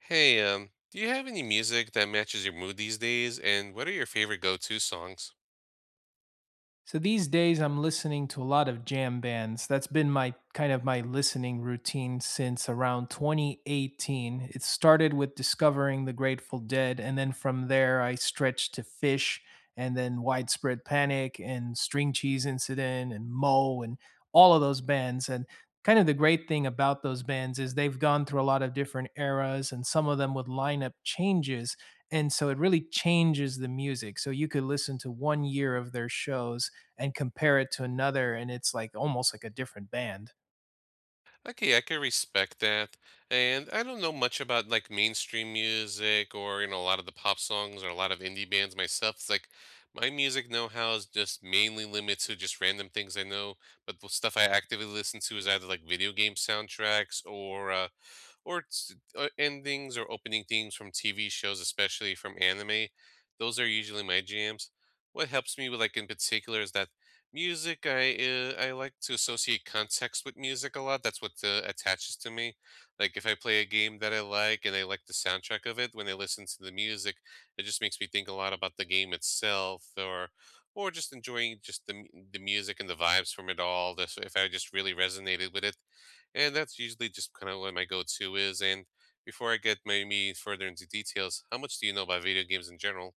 Hey, do you have any music that matches your mood these days? And what are your favorite go-to songs? So these days I'm listening to a lot of jam bands. That's been my kind of my listening routine since around 2018. It started with discovering the Grateful Dead, and then from there I stretched to Fish and then Widespread Panic and String Cheese Incident and Moe, and all of those bands. And kind of the great thing about those bands is they've gone through a lot of different eras, and some of them with lineup changes, and so it really changes the music. So you could listen to one year of their shows and compare it to another, and it's like almost like a different band. Okay, I can respect that. And I don't know much about like mainstream music or, you know, a lot of the pop songs or a lot of indie bands myself. It's like my music know-how is just mainly limited to just random things I know, but the stuff I actively listen to is either like video game soundtracks or it's, endings or opening themes from TV shows, especially from anime. Those are usually my jams. What helps me with like in particular is that music, I like to associate context with music a lot. That's what attaches to me. Like if I play a game that I like and I like the soundtrack of it, when I listen to the music, it just makes me think a lot about the game itself, or just enjoying just the the music and the vibes from it all. This if I just really resonated with it, and that's usually just kind of what my go-to is. And before I get maybe further into details, how much do you know about video games in general?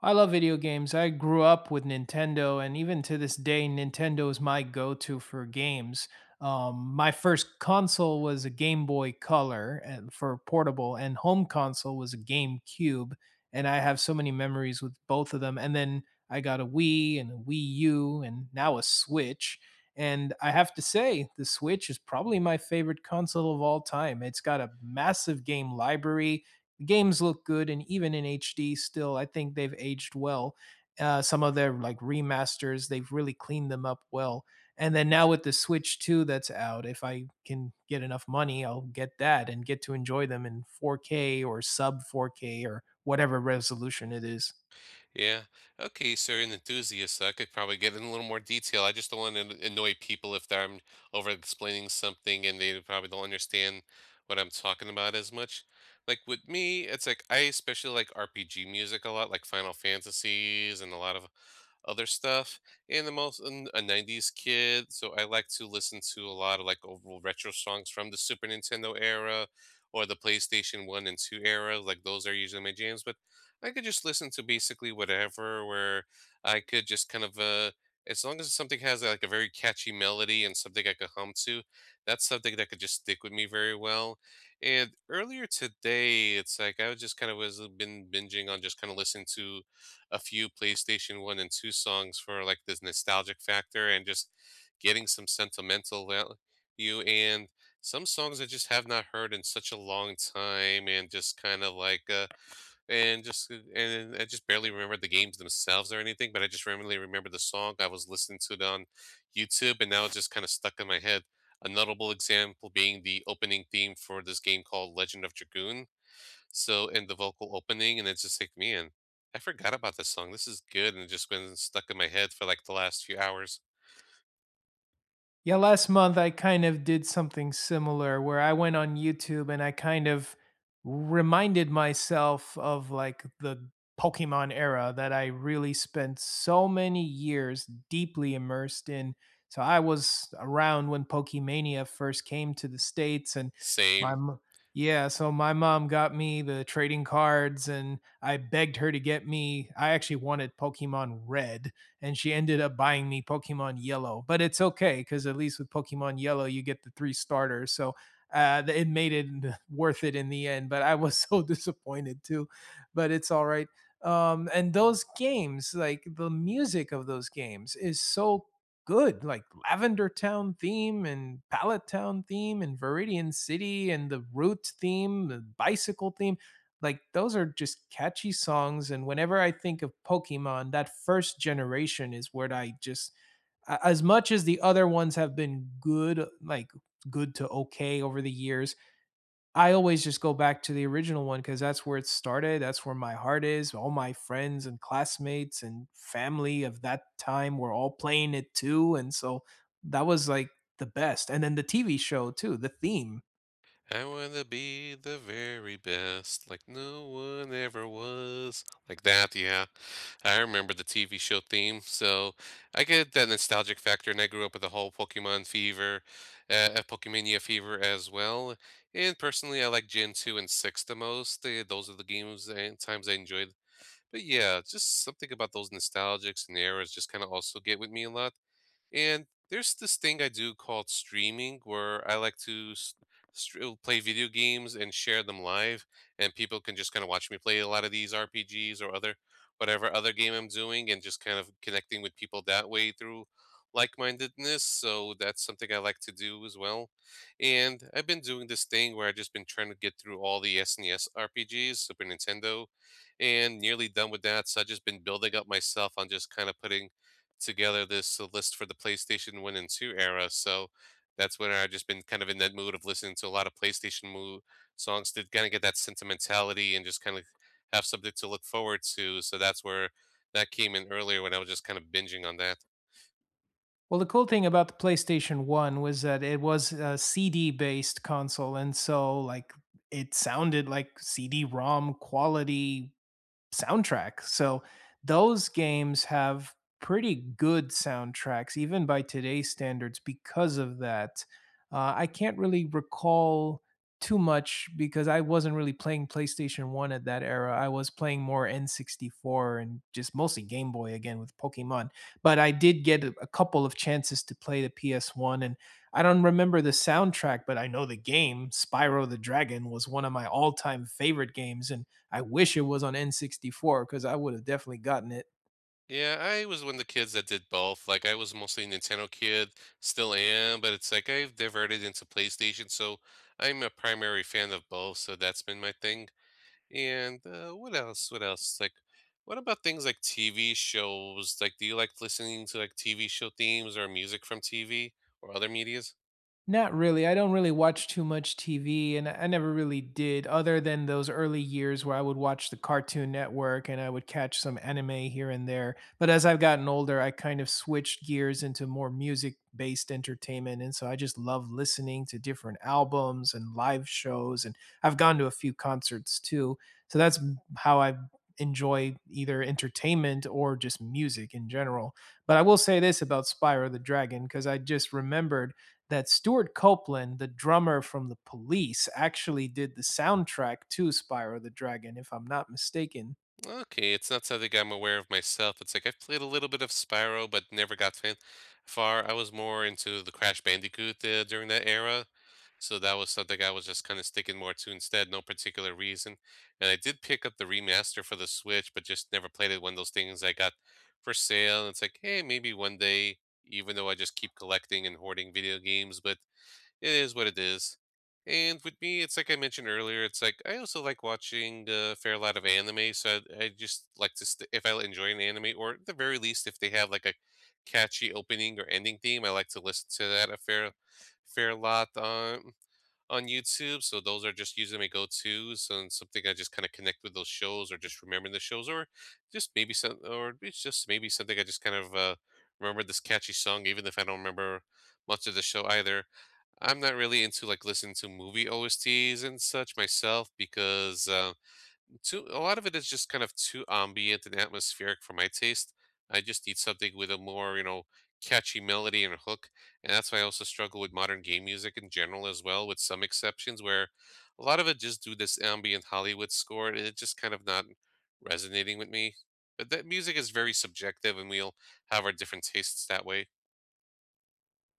I love video games. I grew up with Nintendo, and even to this day, Nintendo is my go-to for games. My first console was a Game Boy Color, and for portable, and home console was a GameCube, and I have so many memories with both of them. And then I got a Wii and a Wii U, and now a Switch. And I have to say, the Switch is probably my favorite console of all time. It's got a massive game library, the games look good, and even in HD, still, I think they've aged well. Some of their like remasters, they've really cleaned them up well. And then now with the Switch 2 that's out, if I can get enough money, I'll get that and get to enjoy them in 4K or sub 4K or whatever resolution it is. Yeah. Okay, so you're an enthusiast, so I could probably get in a little more detail. I just don't want to annoy people if I'm over explaining something and they probably don't understand what I'm talking about as much. Like with me, it's like I especially like RPG music a lot, like Final Fantasies and a lot of other stuff. And I'm also a 90s kid, so I like to listen to a lot of like overall retro songs from the Super Nintendo era or the PlayStation 1 and 2 era. Like those are usually my jams, but I could just listen to basically whatever, where I could just kind of, as long as something has like a very catchy melody and something I could hum to, that's something that could just stick with me very well. And earlier today, it's like I was just kind of was been binging on just kind of listening to a few PlayStation One and Two songs for like this nostalgic factor and just getting some sentimental value and some songs I just have not heard in such a long time and just kind of like and just and I just barely remember the games themselves or anything, but I just randomly remember the song. I was listening to it on YouTube, and now it's just kind of stuck in my head. A notable example being the opening theme for this game called Legend of Dragoon. So, and the vocal opening, and it's just like, man, I forgot about this song. This is good, and it just been stuck in my head for like the last few hours. Yeah, last month I kind of did something similar where I went on YouTube and I kind of reminded myself of like the Pokemon era that I really spent so many years deeply immersed in. So I was around when Pokemania first came to the States, and my Same. mo- yeah, so my mom got me the trading cards and I begged her to get me, I actually wanted Pokemon Red, and she ended up buying me Pokemon Yellow. But it's okay, because at least with Pokemon Yellow, you get the three starters. So it made it worth it in the end. But I was so disappointed too. But it's all right. And those games, like the music of those games, is so good. Like Lavender Town theme and Pallet Town theme and Viridian City and the Root theme, the bicycle theme. Like those are just catchy songs, and whenever I think of Pokemon, that first generation is where I just, as much as the other ones have been good, like good to okay over the years, I always just go back to the original one because that's where it started. That's where my heart is. All my friends and classmates and family of that time were all playing it too. And so that was like the best. And then the TV show too, the theme. I wanna be the very best, like no one ever was. Like that, yeah. I remember the TV show theme, so I get that nostalgic factor, and I grew up with the whole Pokemon fever, Pokemania fever as well. And personally, I like Gen 2 and 6 the most. They, those are the games and times I enjoyed. But yeah, just something about those nostalgics and eras just kind of also get with me a lot. And there's this thing I do called streaming where I like to play video games and share them live, and people can just kind of watch me play a lot of these RPGs or other whatever other game I'm doing and just kind of connecting with people that way through like-mindedness. So that's something I like to do as well. And I've been doing this thing where I've just been trying to get through all the SNES RPGs, Super Nintendo, and nearly done with that. So I've just been building up myself on just kind of putting together this list for the PlayStation 1 and 2 era, so that's when I've just been kind of in that mood of listening to a lot of PlayStation mo songs to kinda get that sentimentality and just kind of have something to look forward to, so that's where that came in earlier when I was just kind of binging on that. Well, the cool thing about the PlayStation 1 was that it was a CD-based console, and so, like, it sounded like CD-ROM quality soundtrack. So those games have pretty good soundtracks, even by today's standards, because of that. I can't really recall too much because I wasn't really playing PlayStation 1 at that era. I was playing more N64 and just mostly Game Boy again with Pokemon. But I did get a couple of chances to play the PS1, and I don't remember the soundtrack, but I know the game Spyro the Dragon was one of my all-time favorite games, and I wish it was on N64 because I would have definitely gotten it. Yeah, I was one of the kids that did both. Like, I was mostly a Nintendo kid, still am, but it's like I've diverted into PlayStation, so I'm a primary fan of both, so that's been my thing. And what else? What else? Like, what about things like TV shows? Like, do you like listening to like TV show themes or music from TV or other medias? Not really. I don't really watch too much TV, and I never really did, other than those early years where I would watch the Cartoon Network and I would catch some anime here and there. But as I've gotten older, I kind of switched gears into more music based entertainment. And so I just love listening to different albums and live shows. And I've gone to a few concerts too. So that's how I enjoy either entertainment or just music in general. But I will say this about Spyro the Dragon, because I just remembered that Stuart Copeland, the drummer from The Police, actually did the soundtrack to Spyro the Dragon, if I'm not mistaken. Okay, it's not something I'm aware of myself. It's like I've played a little bit of Spyro, but never got fan far. I was more into the Crash Bandicoot during that era, so that was something I was just kind of sticking more to instead, no particular reason. And I did pick up the remaster for the Switch, but just never played it. One of those things I got for sale. And it's like, hey, maybe one day, even though I just keep collecting and hoarding video games, but it is what it is. And with me, it's like I mentioned earlier, it's like I also like watching a fair lot of anime. So I just like to, if I enjoy an anime, or at the very least, if they have like a catchy opening or ending theme, I like to listen to that a fair, fair lot on YouTube. So those are just usually my go-tos and something I just kind of connect with those shows, or just remember the shows, or just maybe some, or it's just maybe something I just kind of remember this catchy song, even if I don't remember much of the show either. I'm not really into like listening to movie OSTs and such myself because too a lot of it is just kind of too ambient and atmospheric for my taste. I just need something with a more catchy melody and a hook, and that's why I also struggle with modern game music in general as well, with some exceptions where a lot of it just do this ambient Hollywood score and it's just kind of not resonating with me. But that music is very subjective, and we'll have our different tastes that way.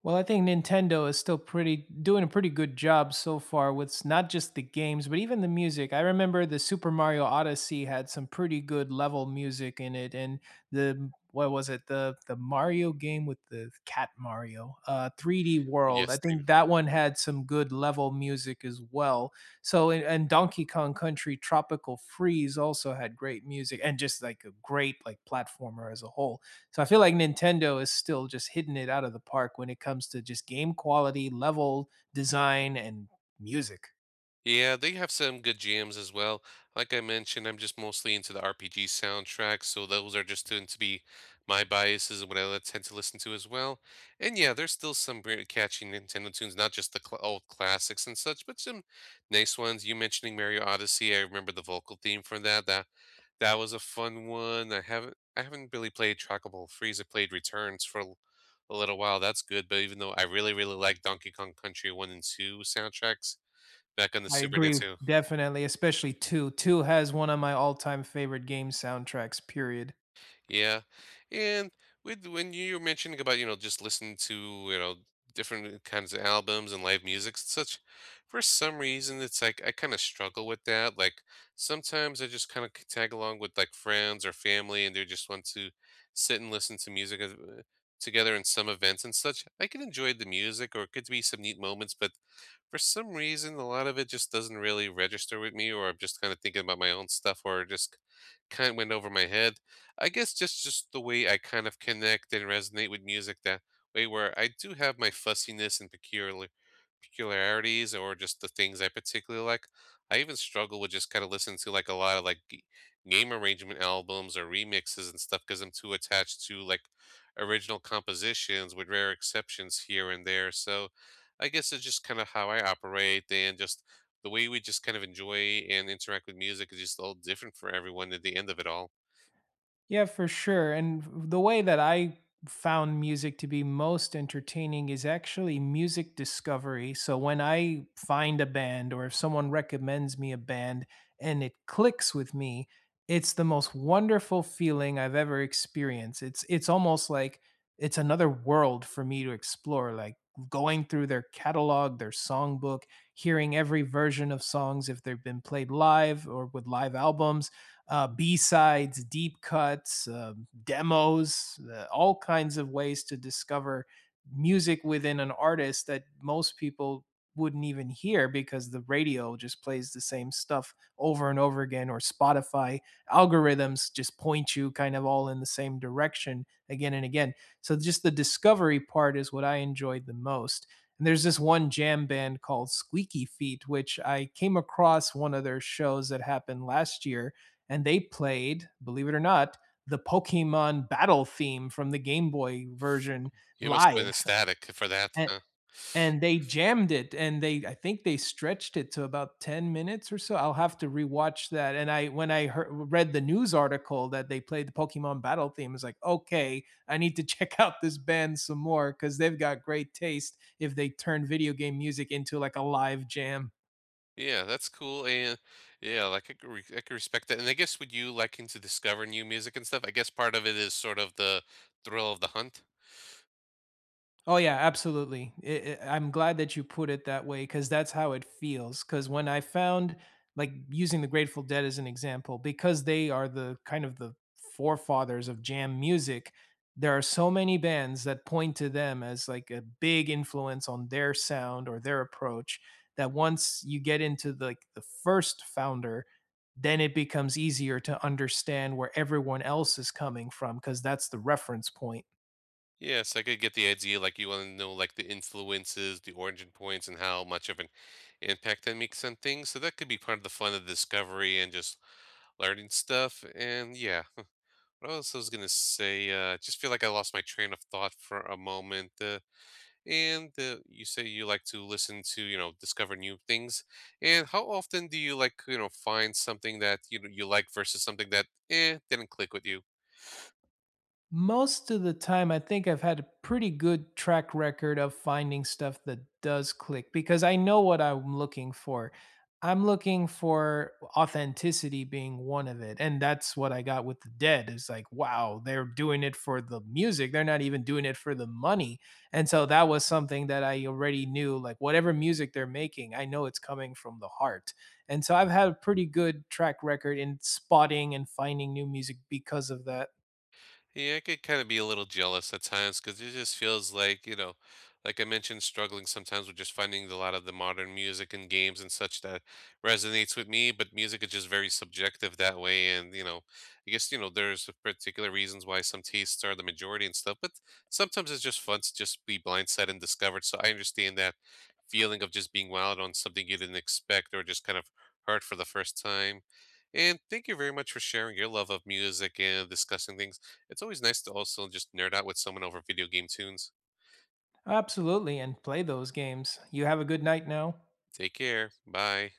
Well, I think Nintendo is still pretty doing a pretty good job so far with not just the games, but even the music. I remember the Super Mario Odyssey had some pretty good level music in it, and the what was it the Mario game with the cat Mario, 3D World. I Yes. think that one had some good level music as well. So and Donkey Kong Country Tropical Freeze also had great music and just like a great like platformer as a whole. So I feel like Nintendo is still just hitting it out of the park when it comes to just game quality, level design, and music. Yeah, they have some good jams as well. Like I mentioned, I'm just mostly into the RPG soundtracks, so those are just tend to be my biases and what I tend to listen to as well. And yeah, there's still some very catchy Nintendo tunes, not just the cl old classics and such, but some nice ones. You mentioning Mario Odyssey, I remember the vocal theme from that. That was a fun one. I haven't really played Trackable Freeze. I played Returns for a little while. That's good, but even though I really really like Donkey Kong Country 1 and 2 soundtracks, back on the I Super agree, Nintendo. definitely, especially 2. 2 has one of my all-time favorite game soundtracks, period. Yeah, and with when you were mentioning about, you know, just listening to, you know, different kinds of albums and live music and such, for some reason, it's like I kinda struggle with that. Like, sometimes I just kinda tag along with, like, friends or family, and they just want to sit and listen to music, together in some events and such. I can enjoy the music or it could be some neat moments, but for some reason, a lot of it just doesn't really register with me, or I'm just kind of thinking about my own stuff, or just kind of went over my head. I guess just the way I kind of connect and resonate with music that way, where I do have my fussiness and peculiarities, or just the things I particularly like. I even struggle with just kind of listening to like a lot of like game arrangement albums or remixes and stuff because I'm too attached to like original compositions, with rare exceptions here and there. So I guess it's just kind of how I operate and just the way we just kind of enjoy and interact with music is just all different for everyone at the end of it all. Yeah, for sure. And the way that I found music to be most entertaining is actually music discovery. So when I find a band, or if someone recommends me a band and it clicks with me, it's the most wonderful feeling I've ever experienced. It's almost like it's another world for me to explore, like going through their catalog, their songbook, hearing every version of songs if they've been played live or with live albums, B sides, deep cuts, demos, all kinds of ways to discover music within an artist that most people wouldn't even hear because the radio just plays the same stuff over and over again, or Spotify algorithms just point you kind of all in the same direction again and again. So, just the discovery part is what I enjoyed the most. And there's this one jam band called Squeaky Feet, which I came across one of their shows that happened last year, and they played, believe it or not, the Pokemon battle theme from the Game Boy version You must have been live. ecstatic for that, And, huh? and they jammed it, and they, I think they stretched it to about 10 minutes or so. I'll have to rewatch that. And I, when I heard, read the news article that they played the Pokemon battle theme, it's like, okay, I need to check out this band some more because they've got great taste if they turn video game music into like a live jam. Yeah, that's cool. And yeah, like I could, I could respect that. And I guess with you liking to discover new music and stuff, I guess part of it is sort of the thrill of the hunt. Oh yeah, absolutely. I'm glad that you put it that way because that's how it feels. Because when I found, like, using the Grateful Dead as an example, because they are the kind of the forefathers of jam music, there are so many bands that point to them as like a big influence on their sound or their approach. That once you get into like the first founder, then it becomes easier to understand where everyone else is coming from because that's the reference point. Yes, I could get the idea. Like you want to know like the influences, the origin points, and how much of an impact that makes on things. So that could be part of the fun of discovery and just learning stuff. And yeah, what else I was gonna say, I just feel like I lost my train of thought for a moment. And you say you like to listen to, you know, discover new things. And how often do you like, you know, find something that you know you like versus something that didn't click with you? Most of the time, I think I've had a pretty good track record of finding stuff that does click because I know what I'm looking for. I'm looking for authenticity being one of it. And that's what I got with The Dead. It's like, wow, they're doing it for the music. They're not even doing it for the money. And so that was something that I already knew. Like, whatever music they're making, I know it's coming from the heart. And so I've had a pretty good track record in spotting and finding new music because of that. Yeah, I could kind of be a little jealous at times because it just feels like, you know, like I mentioned, struggling sometimes with just finding a lot of the modern music and games and such that resonates with me. But music is just very subjective that way. And, you know, I guess, you know, there's a particular reasons why some tastes are the majority and stuff. But sometimes it's just fun to just be blindsided and discovered. So I understand that feeling of just being wild on something you didn't expect or just kind of heard for the first time. And thank you very much for sharing your love of music and discussing things. It's always nice to also just nerd out with someone over video game tunes. Absolutely, and play those games. You have a good night now. Take care. Bye.